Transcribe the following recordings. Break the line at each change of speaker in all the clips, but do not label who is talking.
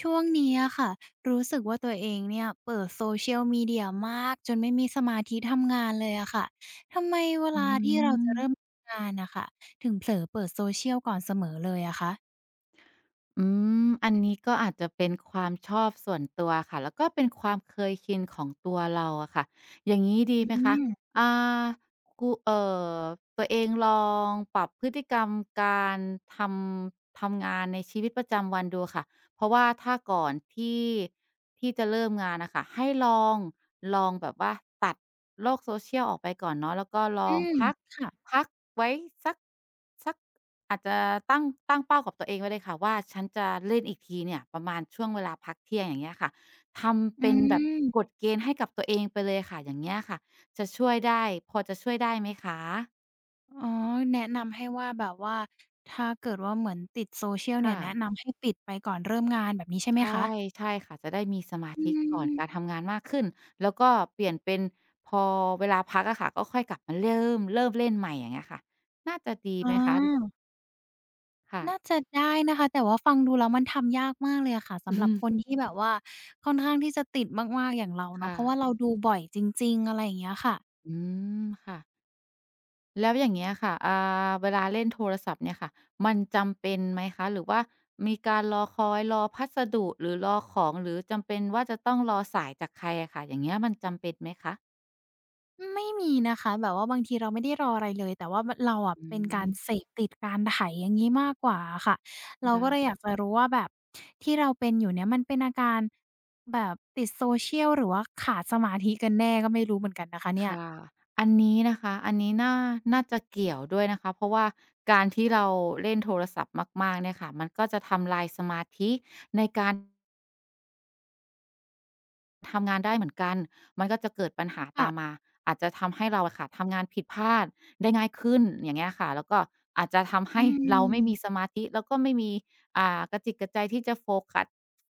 ช่วงนี้อะค่ะรู้สึกว่าตัวเองเนี่ยเปิด Social Media มเดียมากจนไม่มีสมาธิทำงานเลยอะค่ะทำไมเว
อื
ลาที่เราจะเริ่ม
ม
งานน่ะค่ะถึงเผลอเปิด Social ก่อนเสมอเลยอะคะ
อือันนี้ก็อาจจะเป็นความชอบส่วนตัวค่ะแล้วก็เป็นความเคยชินของตัวเราอะค่ะอย่างนี้ดี
อื
ไหมคะ
ม
อ่าคูเอ่อตัวเองลองปรับพฤติกรรมการททำงานในชีวิตประจำวันดูค่ะเพราะว่าถ้าก่อนที่จะเริ่มงานนะคะให้ลองแบบว่าตัดโลกโซเชียลออกไปก่อนเนาะแล้วก็ล
อื
อง
ม
พัก
ค่ะ
พักไว้สักสัก อาจจะตั้งตั้งเป้ากับตัวเองไว้เลยค่ะว่าฉันจะเล่นอีกทีเนี่ยประมาณช่วงเวลาพักเที่ยงอย่างเงี้ยค่ะทำ
อื
เป็นแบบ
ม
กฎเกณฑ์ให้กับตัวเองไปเลยค่ะอย่างเงี้ยค่ะจะช่วยได้พอจะช่วยได้ไหมคะ
อ๋อแนะนำให้ว่าแบบว่าถ้าเกิดว่าเหมือนติด Social เชียลเนี่ย
ค่ะ
แนะนำให้ปิดไปก่อนเริ่มงานแบบนี้ใช่ไหม
ใช่
คะ
ใช่ค่ะจะได้มีสมา
อื
ธิก่อน
ม
การทำงานมากขึ้นแล้วก็เปลี่ยนเป็นพอเวลาพักอะค่ะก็ค่อยกลับมาเริ่มเล่นใหม่อย่างเงี้ยค่ะน่าจะดี
อ๋
ไหมคะ
อ
ค่ะ
น่าจะได้นะคะแต่ว่าฟังดูแล้วมันทำยากมากเลยอะค่ะสำหรับคนที่แบบว่าค่อนข้างที่จะติดมากๆอย่างเราเนาะ
ค่ะ
เพราะว่าเราดูบ่อยจริงๆอะไรอย่างเงี้ยค่ะ
อืมค่ะ แล้วอย่างเงี้ยค่ะเวลาเล่นโทรศัพท์เนี่ยค่ะมันจำเป็นไหมคะหรือว่ามีการรอคอยรอพัสดุหรือรอของหรือจำเป็นว่าจะต้องรอสายจากใครอะค่ะอย่างเงี้ยมันจำเป็นไหมคะ
ไม่มีนะคะแบบว่าบางทีเราไม่ได้รออะไรเลยแต่ว่ามเราอะ
อื
เป็นการเส
ม
พติดการไถอย่างงี้มากกว่าอะค่ะเราก็
ได้
เลยอยากจะรู้ว่าแบบที่เราเป็นอยู่เนี่ยมันเป็นอาการแบบติด social หรือว่าขาดสมาธิกันแน่ก็ไม่รู้เหมือนกันนะคะเนี่ย
ค่ะอันนี้นะคะอันนี้น่าจะเกี่ยวด้วยนะคะเพราะว่าการที่เราเล่นโทรศัพท์มากๆเนี่ยค่ะมันก็จะทำลายสมาธิในการ ทำงานได้เหมือนกันมันก็จะเกิดปัญหาตามมา
ค่ะ
อาจจะทำให้เราอะค่ะทำงานผิดพลาดได้ง่ายขึ้นอย่างเงี้ยค่ะแล้วก็อาจจะทำให้
อื
เราไม่มีส
ม
มาธิ แล้วก็ไม่มีกระจิตกระใจที่จะโฟกัส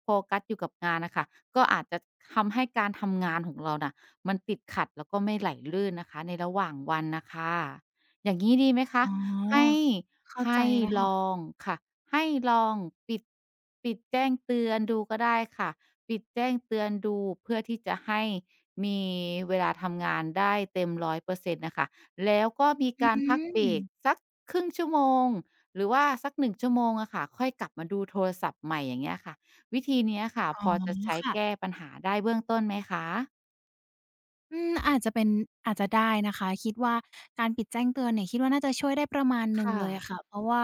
โฟกัสอยู่กับงานน่ะค่ะก็อาจจะทำให้การทำงานของเราน่ะมันติดขัดแล้วก็ไม่ไหลลื่นนะคะในระหว่างวันน่ะค่ะอย่างงี้ดีไหมคะ
อ๋
ให้
อเข้าใจ
ให้
แล้ว
ลอ
ค่ะ
งค่ะให้ลองปิดปิดแจ้งเตือนดูก็ได้ค่ะ ปิดแจ้งเตือนดูเพื่อที่จะให้มีเวลาทำงานได้เต็ม100%นต์น่ะค่ะแล้วก็มี
อื
การพักเบร
ม
กสักครึ่งชั่วโมงหรือว่าสักหนึ่งชั่วโมงอะค่ะค่อยกลับมาดูโทรศัพท์ใหม่อย่างเงี้ยค่ะวิธีเนี้ยค่ะ
อ๋
พ
อ
อจะใช้แก้
ค่ะ
ปัญหาได้เบื้องต้นไหมคะ
อืมอาจจะเป็นอาจจะได้นะคะคิดว่าการปิดแจ้งเตือนเนี่ยคิดว่าน่าจะช่วยได้ประมาณหนึ่ง
ค่ะ
เลยอะค่ะเพราะว่า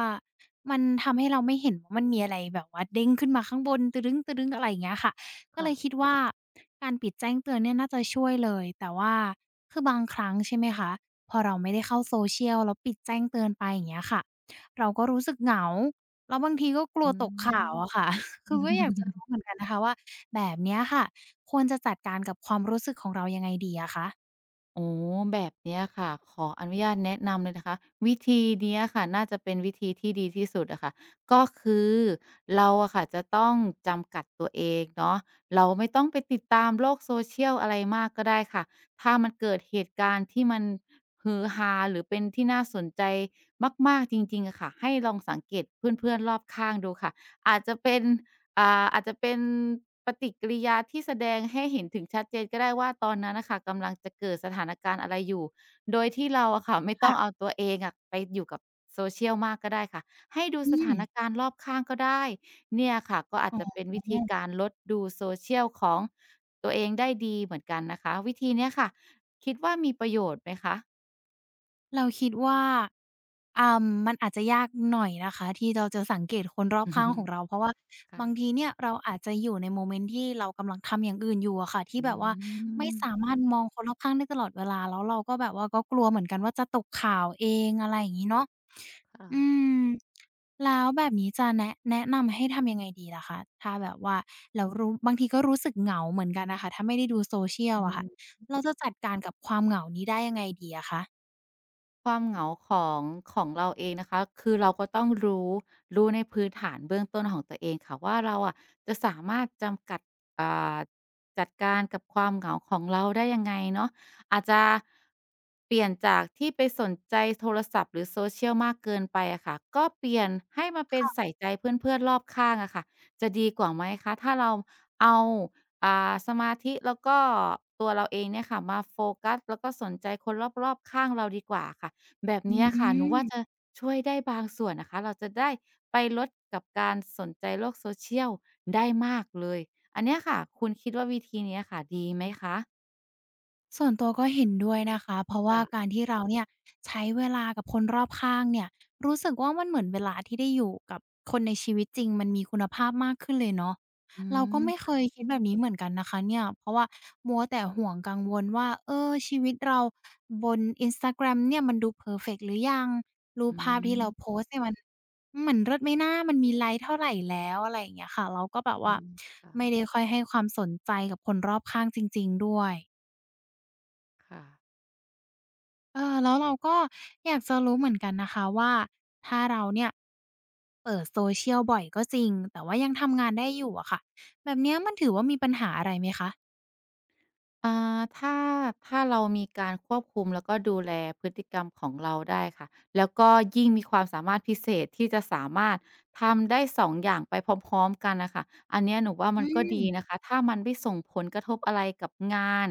มันทำให้เราไม่เห็นว่ามันมีอะไรแบบว่าเด้งขึ้นมาข้างบนตึดึ้งๆอะไรอย่างเงี้ยค่ะก็เล
ค่ะ
ยคิดว่าการปิดแจ้งเตือนเนี่ยน่าจะช่วยเลยแต่ว่าคือบางครั้งใช่ไหมคะพอเราไม่ได้เข้า social แล้วปิดแจ้งเตือนไปอย่างเงี้ยค่ะเราก็รู้สึกเหงาแล้วบางทีก็กลัว
อื
ตกข่าว
ม
อะค่ะ คือก็อยากจะรู้เหมือนกันนะคะว่าแบบเนี้ยค่ะ ควรจะจัดการกับความรู้สึกของเรายังไงดีอะคะ
โอ๋แบบเนี้ยค่ะขออนุญาตแนะนำเลยนะคะวิธีเนี้ยค่ะน่าจะเป็นวิธีที่ดีที่สุดอะค่ะก็คือเราอะค่ะจะต้องจำกัดตัวเองเนาะเราไม่ต้องไปติดตามโลก social อะไรมากก็ได้ค่ะถ้ามันเกิดเหตุการณ์ที่มันฮือฮาหรือเป็นที่น่าสนใจมากๆจริงๆอะค่ะให้ลองสังเกตเพื่อนๆรอบข้างดูค่ะอาจจะเป็น อาจจะเป็นปฏิกิริยาที่แสดงให้เห็นถึงชัดเจนก็ได้ว่าตอนนั้นน่ะค่ะกำลังจะเกิดสถานการณ์อะไรอยู่โดยที่เราอะค่ะไม่ต้อง
ค่ะ
เอาตัวเองอะไปอยู่กับ social มากก็ได้ค่ะให้ดู
อื
ส
ม
ถานการณ์รอบข้างก็ได้เนี่ยค่ะก็อาจ
อ๋
จะเป็นวิธี
อ
การลดดู social ของตัวเองได้ดีเหมือนกันนะคะวิธีเนี้ยค่ะคิดว่ามีประโยชน์ไหมคะ
เราคิดว่าอ่ามันอาจจะยากหน่อยนะคะที่เราจะสังเกตคนรอบข้างของ เราเพราะว่า
ค่ะ
บางทีเนี่ยเราอาจจะอยู่ในโมเมนต์ที่เรากำลังทำอย่างอื่นอยู่อะค่ะที่
อื
แบบว่าไม่
ม
สามารถมองคนรอบข้างได้ตลอดเวลาแล้วเราก็แบบว่าก็กลัวเหมือนกันว่าจะตกข่าวเองอะไรอย่างงี้เนาะ
ค่ะ
อืมแล้วแบบนี้จะแนะนำให้ทำยังไงดีล่ะคะถ้าแบบว่าเรารู้บางทีก็รู้สึกเหงาเหมือนกันน่ะค่ะถ้าไม่ได้ดู social
อื
อะค่ะ
ม
เราจะจัดการกับความเหงานี้ได้ยังไงดีอะคะ
ความเหงาของของเราเองนะคะคือเราก็ต้องรู้ในพื้นฐานเบื้องต้นของตัวเองค่ะว่าเราอะจะสามารถจำกัดอ่าจัดการกับความเหงาของเราได้ยังไงเนาะอาจจะเปลี่ยนจากที่ไปสนใจโทรศัพท์หรือ social มากเกินไปอะค่ะก็เปลี่ยนให้มาเป็นใส่ใจเพื่อนๆรอบข้างอะค่ะจะดีกว่าไหมคะถ้าเราเอาสมาธิแล้วก็ตัวเราเองเนี่ยค่ะมาโฟกัสแล้วก็สนใจคนรอบๆข้างเราดีกว่าค่ะ แบบ
อื
เนี้ย
ม
ค่ะหนู
ม
ว่าจะช่วยได้บางส่วนนะคะเราจะได้ไปลดกับการสนใจโลก social ได้มากเลยอันเนี้ยค่ะคุณคิดว่าวิธีเนี้ยค่ะดีไหมคะ
ส่วนตัวก็เห็นด้วยนะคะ เพราะว่า
ค่ะ
การที่เราเนี่ยใช้เวลากับคนรอบข้างเนี่ยรู้สึกว่ามันเหมือนเวลาที่ได้อยู่กับคนในชีวิตจริงมันมีคุณภาพมากขึ้นเลยเนาะ
อื
เราก็
ม
ไม่เคย
ค่ะ
คิดแบบนี้เหมือนกันนะคะเนี่ยเพราะว่ามัวแต่ห่วงกังวลว่าเออชีวิตเราบน Instagram เนี่ยมันดูเพอร์เฟกต์หรือยังรูป
อื
ภาพที่เราโพ
ม
สต์เนี่ยมันเลิศไหมนะมันมีไลก์เท่าไรแล้วอะไรอย่างเงี้ยค่ะเราก็แบบ
อื
ว่า
มค่ะ
ไม่ได้ค่อยให้ความสนใจกับคนรอบข้างจริงๆด้วย
ค่ะ
เออแล้วเราก็อยากจะรู้เหมือนกันนะคะว่าถ้าเราเนี่ยเปิด social บ่อยก็จริงแต่ว่ายังทำงานได้อยู่อะค่ะแบบเนี้ยมันถือว่ามีปัญหาอะไรไหมคะ
ถ้าถ้าเรามีการควบคุมแล้วก็ดูแลพฤติกรรมของเราได้ค่ะแล้วก็ยิ่งมีความสามารถพิเศษที่จะสามารถทำได้สองอย่างไปพร้อมๆกันนะคะอันเนี้ยหนูว่า
อื
มันก็ดีนะ
ม
คะถ้ามันไม่ส่งผลกระทบอะไรกับงาน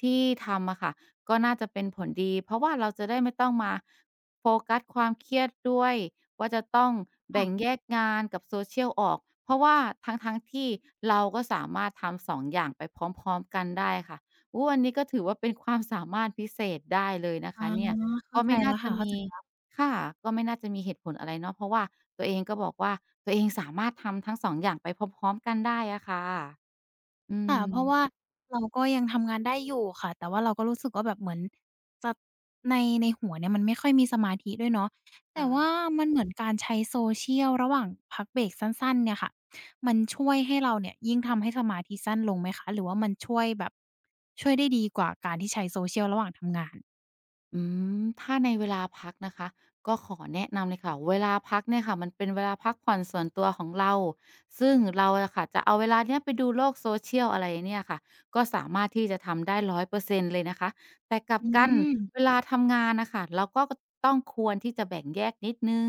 ที่ทำอะค่ะก็น่าจะเป็นผลดีเพราะว่าเราจะได้ไม่ต้องมาโฟกัสความเครียดด้วยว่าจะต้อง
ค่ะ
แบ่งแยกงานกับโซเชี a ลออกเพราะว่าทั้งๆที่เราก็สามารถทำสองอย่างไปพร้อมๆกันได้ค่ะ โอ้อันนี้ก็ถือว่าเป็นความสามารถพิเศษได้เลยนะ
อ๋อ
คะเนี่ย
เข้า
ก็
ใจ
ไม่
แล้
น่า
ว
จะ
ค่ะเข้า
มี
ใจ
ค่ะก็ไม่น่าจะมีเหตุผลอะไรเนาะเพราะว่าตัวเองก็บอกว่าตัวเองสามารถทำทั้งสองอย่างไปพร้อมๆกันได้อะค่ะอืม
ค่ะเพราะว่าเราก็ยังทำงานได้อยู่ค่ะ แต่ว่าเราก็รู้สึกว่าแบบเหมือนจะในในหัวเนี่ยมันไม่ค่อยมีสมาธิด้วยเนาะแต่ว่า
ค่ะ
มันเหมือนการใช้ Social ระหว่างพักเบรกสั้นๆเนี่ยค่ะมันช่วยให้เราเนี่ยยิ่งทำให้สมาธิสั้นลงไหมคะหรือว่ามันช่วยแบบช่วยได้ดีกว่าการที่ใช้ Social ระหว่างทำงาน
อืมถ้าในเวลาพักนะคะก็ขอแนะนำเลยค่ะเวลาพักเนี่ยค่ะมันเป็นเวลาพักผ่อนส่วนตัวของเราซึ่งเราอะค่ะจะเอาเวลาเนี้ยไปดูโลก social อะไรเนี่ยค่ะก็สามารถที่จะทำได้100%เปอร์เซ็นต์เลยนะคะแต่กลับ
อื
กัน
ม
เวลาทำงานน่ะค่ะเราก็ต้องควรที่จะแบ่งแยกนิดหนึ่ง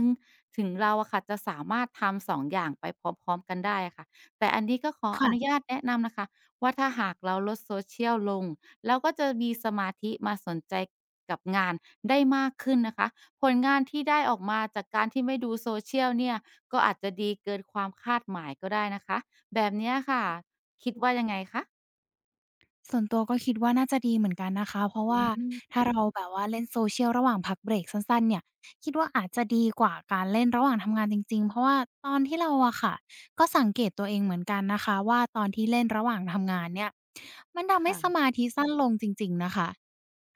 ถึงเราอะค่ะจะสามารถทำ2องอย่างไปพร้อมๆกันได้อะค่ะแต่อันนี้ก็ขออนุ
ค่ะ
ญาตแนะนำนะคะว่าถ้าหากเราลด social ลลง เราก็จะมีสมาธิมาสนใจกับงานได้มากขึ้นนะคะผลงานที่ได้ออกมาจากการที่ไม่ดูโซเชียลเนี่ยก็อาจจะดีเกินความคาดหมายก็ได้นะคะแบบเนี้ยค่ะคิดว่ายังไงคะ
ส่วนตัวก็คิดว่าน่าจะดีเหมือนกันนะคะเพราะว่า
อืม
ถ้าเรามแบบว่าเล่น Social ระหว่างพักเบรกสั้นๆเนี่ยคิดว่าอาจจะดีกว่าการเล่นระหว่างทำงานจริงๆเพราะว่าตอนที่เราอะค่ะก็สังเกตตัวเองเหมือนกันนะคะว่าตอนที่เล่นระหว่างทำงานเนี่ยมันทำให้สมา
ค่ะ
ธิสั้นลงจริงๆนะคะ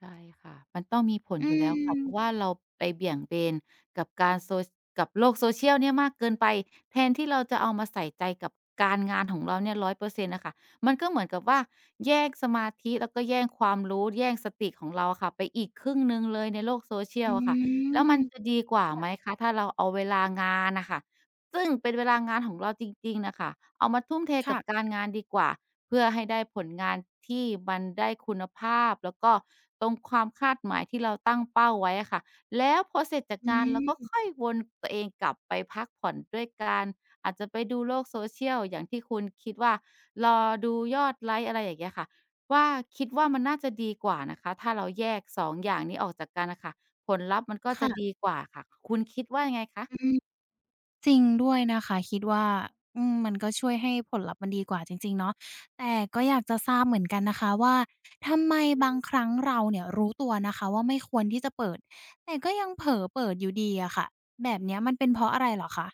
ใช่ค่ะมันต้องมีผล
อื
อยู่แล้วค่ะเพราะว่า
ม
เราไปเบี่ยงเบนกับการโซกับโลก social เนี่ยมากเกินไปแทนที่เราจะเอามาใส่ใจกับการงานของเราเนี่ย100%อยเปอร์เซ็นต์อะค่ะมันก็เหมือนกับว่าแย่งสมาธิแล้วก็แย่งความรู้แย่งสติของเราอะค่ะไปอีกครึ่งหนึ่งเลยในโลก social
อื
อะค่ะแล้วมัน
ม
จะดีกว่าไหมคะถ้าเราเอาเวลางานน่ะค่ะซึ่งเป็นเวลางานของเราจริงๆน่ะค่ะเอามาทุ่มเทกับกา
ค่ะ
รงานดีกว่า เพื่อให้ได้ผลงานที่มันได้คุณภาพแล้วก็ตรงความคาดหมายที่เราตั้งเป้าไว้อะค่ะแล้วพอเสร็จจาก
อื
งานเราก็
ม
ค่อยวนตัวเองกลับไปพักผ่อนด้วยการอาจจะไปดูโลก social อย่างที่คุณคิดว่ารอดูยอดไลก์อะไรอย่างเงี้ยค่ะว่าคิดว่ามันน่าจะดีกว่านะคะถ้าเราแยก2องอย่างนี้ออกจากกันน่ะค่ะผลลัพธ์มันก็จะดี
ค่ะ
กว่าค่ะคุณคิดว่ายังไงคะ
อืม จริงด้วยนะคะคิดว่าอืมมันก็ช่วยให้ผลลัพธ์มันดีกว่าจริงๆเนาะแต่ก็อยากจะทราบเหมือนกันนะคะว่าทำไมบางครั้งเราเนี่ยรู้ตัวนะคะว่าไม่ควรที่จะเปิดแต่ก็ยังเผลอเปิดอยู่ดีอะค่ะแบบเนี้ยมันเป็นเพราะอะไรเหรอคะ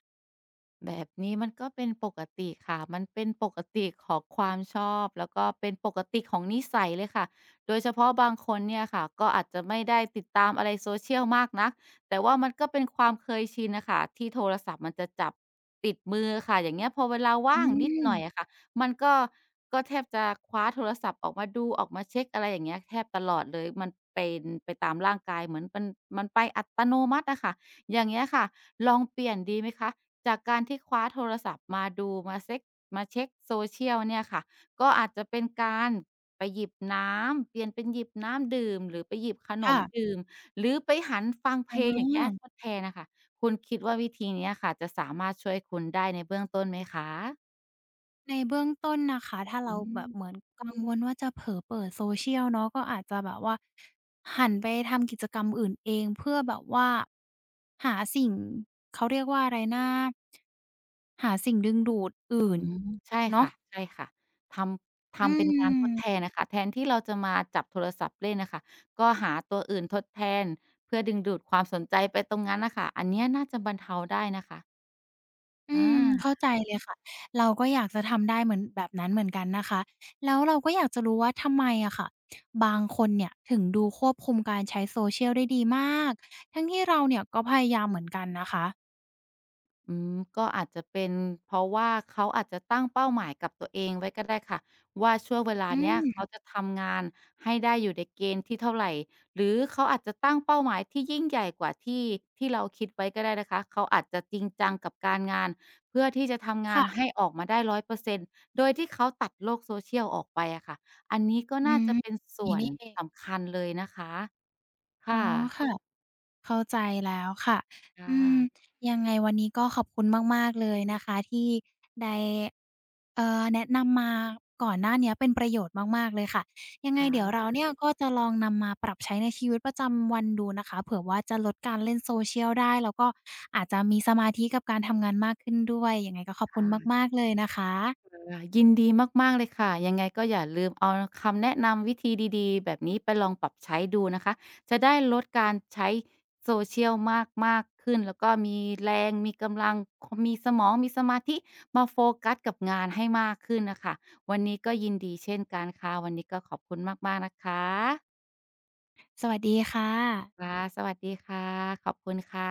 แบบนี้มันก็เป็นปกติค่ะมันเป็นปกติของความชอบแล้วก็เป็นปกติของนิสัยเลยค่ะโดยเฉพาะบางคนเนี่ยค่ะก็อาจจะไม่ได้ติดตามอะไรโซเชียลมากนักแต่ว่ามันก็เป็นความเคยชินน่ะค่ะที่โทรศัพท์มันจะจับติดมือค่ะอย่างเงี้ยพอเวลา
อื
ว่างนิดหน่อยอะ
ม
ค่ะมันก็ก็แทบจะคว้าโทรศัพท์ออกมาดูออกมาเช็กอะไรอย่างเงี้ยแทบตลอดเลยมันเป็นไปตามร่างกายเหมือนมันมันไปอัตโนมัติอะค่ะอย่างเงี้ยค่ะลองเปลี่ยนดีไหมคะ จากการที่คว้าโทรศัพท์มาดูมาเซ็กมาเช็ก social เชียลเนี่ยค่ะก็อาจจะเป็นการไปหยิบน้ำเปลี่ยนเป็นหยิบน้ำดื่มหรือไปหยิบขนม
ค่ะ
ดื่มหรือไปหันฟังเพ
อา
ลงอย่างเงี้ยทดแทนน่ะค่ะคุณคิดว่าวิธีเนี้ยค่ะจะสามารถช่วยคุณได้ในเบื้องต้นไหมคะ
ในเบื้องต้นนะคะถ้า
อื
เราแบบเหมือ
ม
นกังวลว่าจะเผลอเปิด social เนาะก็อาจจะแบบว่าหันไปทำกิจกรรมอื่นเองเพื่อแบบว่าหาสิ่งเขาเรียกว่าอะไรนะ หาสิ่งดึงดูดอื่น
อืมใช่
เนาะ
ค่ะใช่ค่ะทำ
อื
ทำเป็นการทดแท
ม
นน่ะค่ะแทนที่เราจะมาจับโทรศัพท์เล่นน่ะค่ะก็หาตัวอื่นทดแทนเพื่อดึงดูดความสนใจไปตรงนั้นน่ะค่ะอันเนี้ยน่าจะบรรเทาได้นะคะอ
อืม
า
เข้าใจเลยค่ะ เราก็อยากจะทำได้เหมือนแบบนั้นเหมือนกันนะคะ แล้วเราก็อยากจะรู้ว่าทำไมอะค่ะบางคนเนี่ยถึงดูควบคุมการใช้ Social ได้ดีมากทั้งที่เราเนี่ยก็พยายามเหมือนกันนะคะ
อืมก็อาจจะเป็นเพราะว่าเขาอาจจะตั้งเป้าหมายกับตัวเองไว้ก็ได้ค่ะว่าช่วงเวลา
อื
เนี้ยเขา
ม
จะทำงานให้ได้อยู่ในเกณฑ์ที่เท่าไรหรือเขาอาจจะตั้งเป้าหมายที่ยิ่งใหญ่กว่าที่ที่เราคิดไว้ก็ได้นะคะเขาอาจจะจริงจังกับการงานเพื่อที่จะทำงานให้
ค่ะ
ออกมาได้ร้อยเปอร์เซ็นต์โดยที่เขาตัดโลก social ออกไปอะค่ะอันนี้ก็
อื
น่า
ม
จะเป็น
อย่าง
ส่
งี้
วน
นี่เอง
สำคัญเลยนะคะ
อ๋อ
ค่
ค่ะ
ะ
เข้าใจแล้วค่ะอื
ค่ะ
มยังไงวันนี้ก็ขอบคุณมากๆเลยนะคะที่ได้แนะนำมาก่อนหน้าเนี้ยเป็นประโยชน์มากๆเลยค่ะยังไงเดี๋ยวเรา
ค่ะ
เนี่ยก็จะลองนำมาปรับใช้ในชีวิตประจำวันดูนะคะเผื่อว่าจะลดการเล่น Social ได้แล้วก็อาจจะมีสมาธิกับการทำงานมากขึ้นด้วยยังไงก็ขอบ
ค
คุณมา
่ะ
กๆเลยนะคะ
ค่ะยินดีมากๆเลยค่ะยังไงก็อย่าลืมเอาคำแนะนำวิธีดีๆแบบนี้ไปลองปรับใช้ดูนะคะจะได้ลดการใช้ social มากๆขึ้นแล้วก็มีแรงมีกำลังคมีสมองมีสมาธิมาโฟกัสกับงานให้มากขึ้นน่ะค่ะวันนี้ก็ยินดีเช่นกันค่ะวันนี้ก็ขอบคุณมากๆนะคะ
สวัสดีค่ะ
ค่ะสวัสดีค่ะขอบคุณค่ะ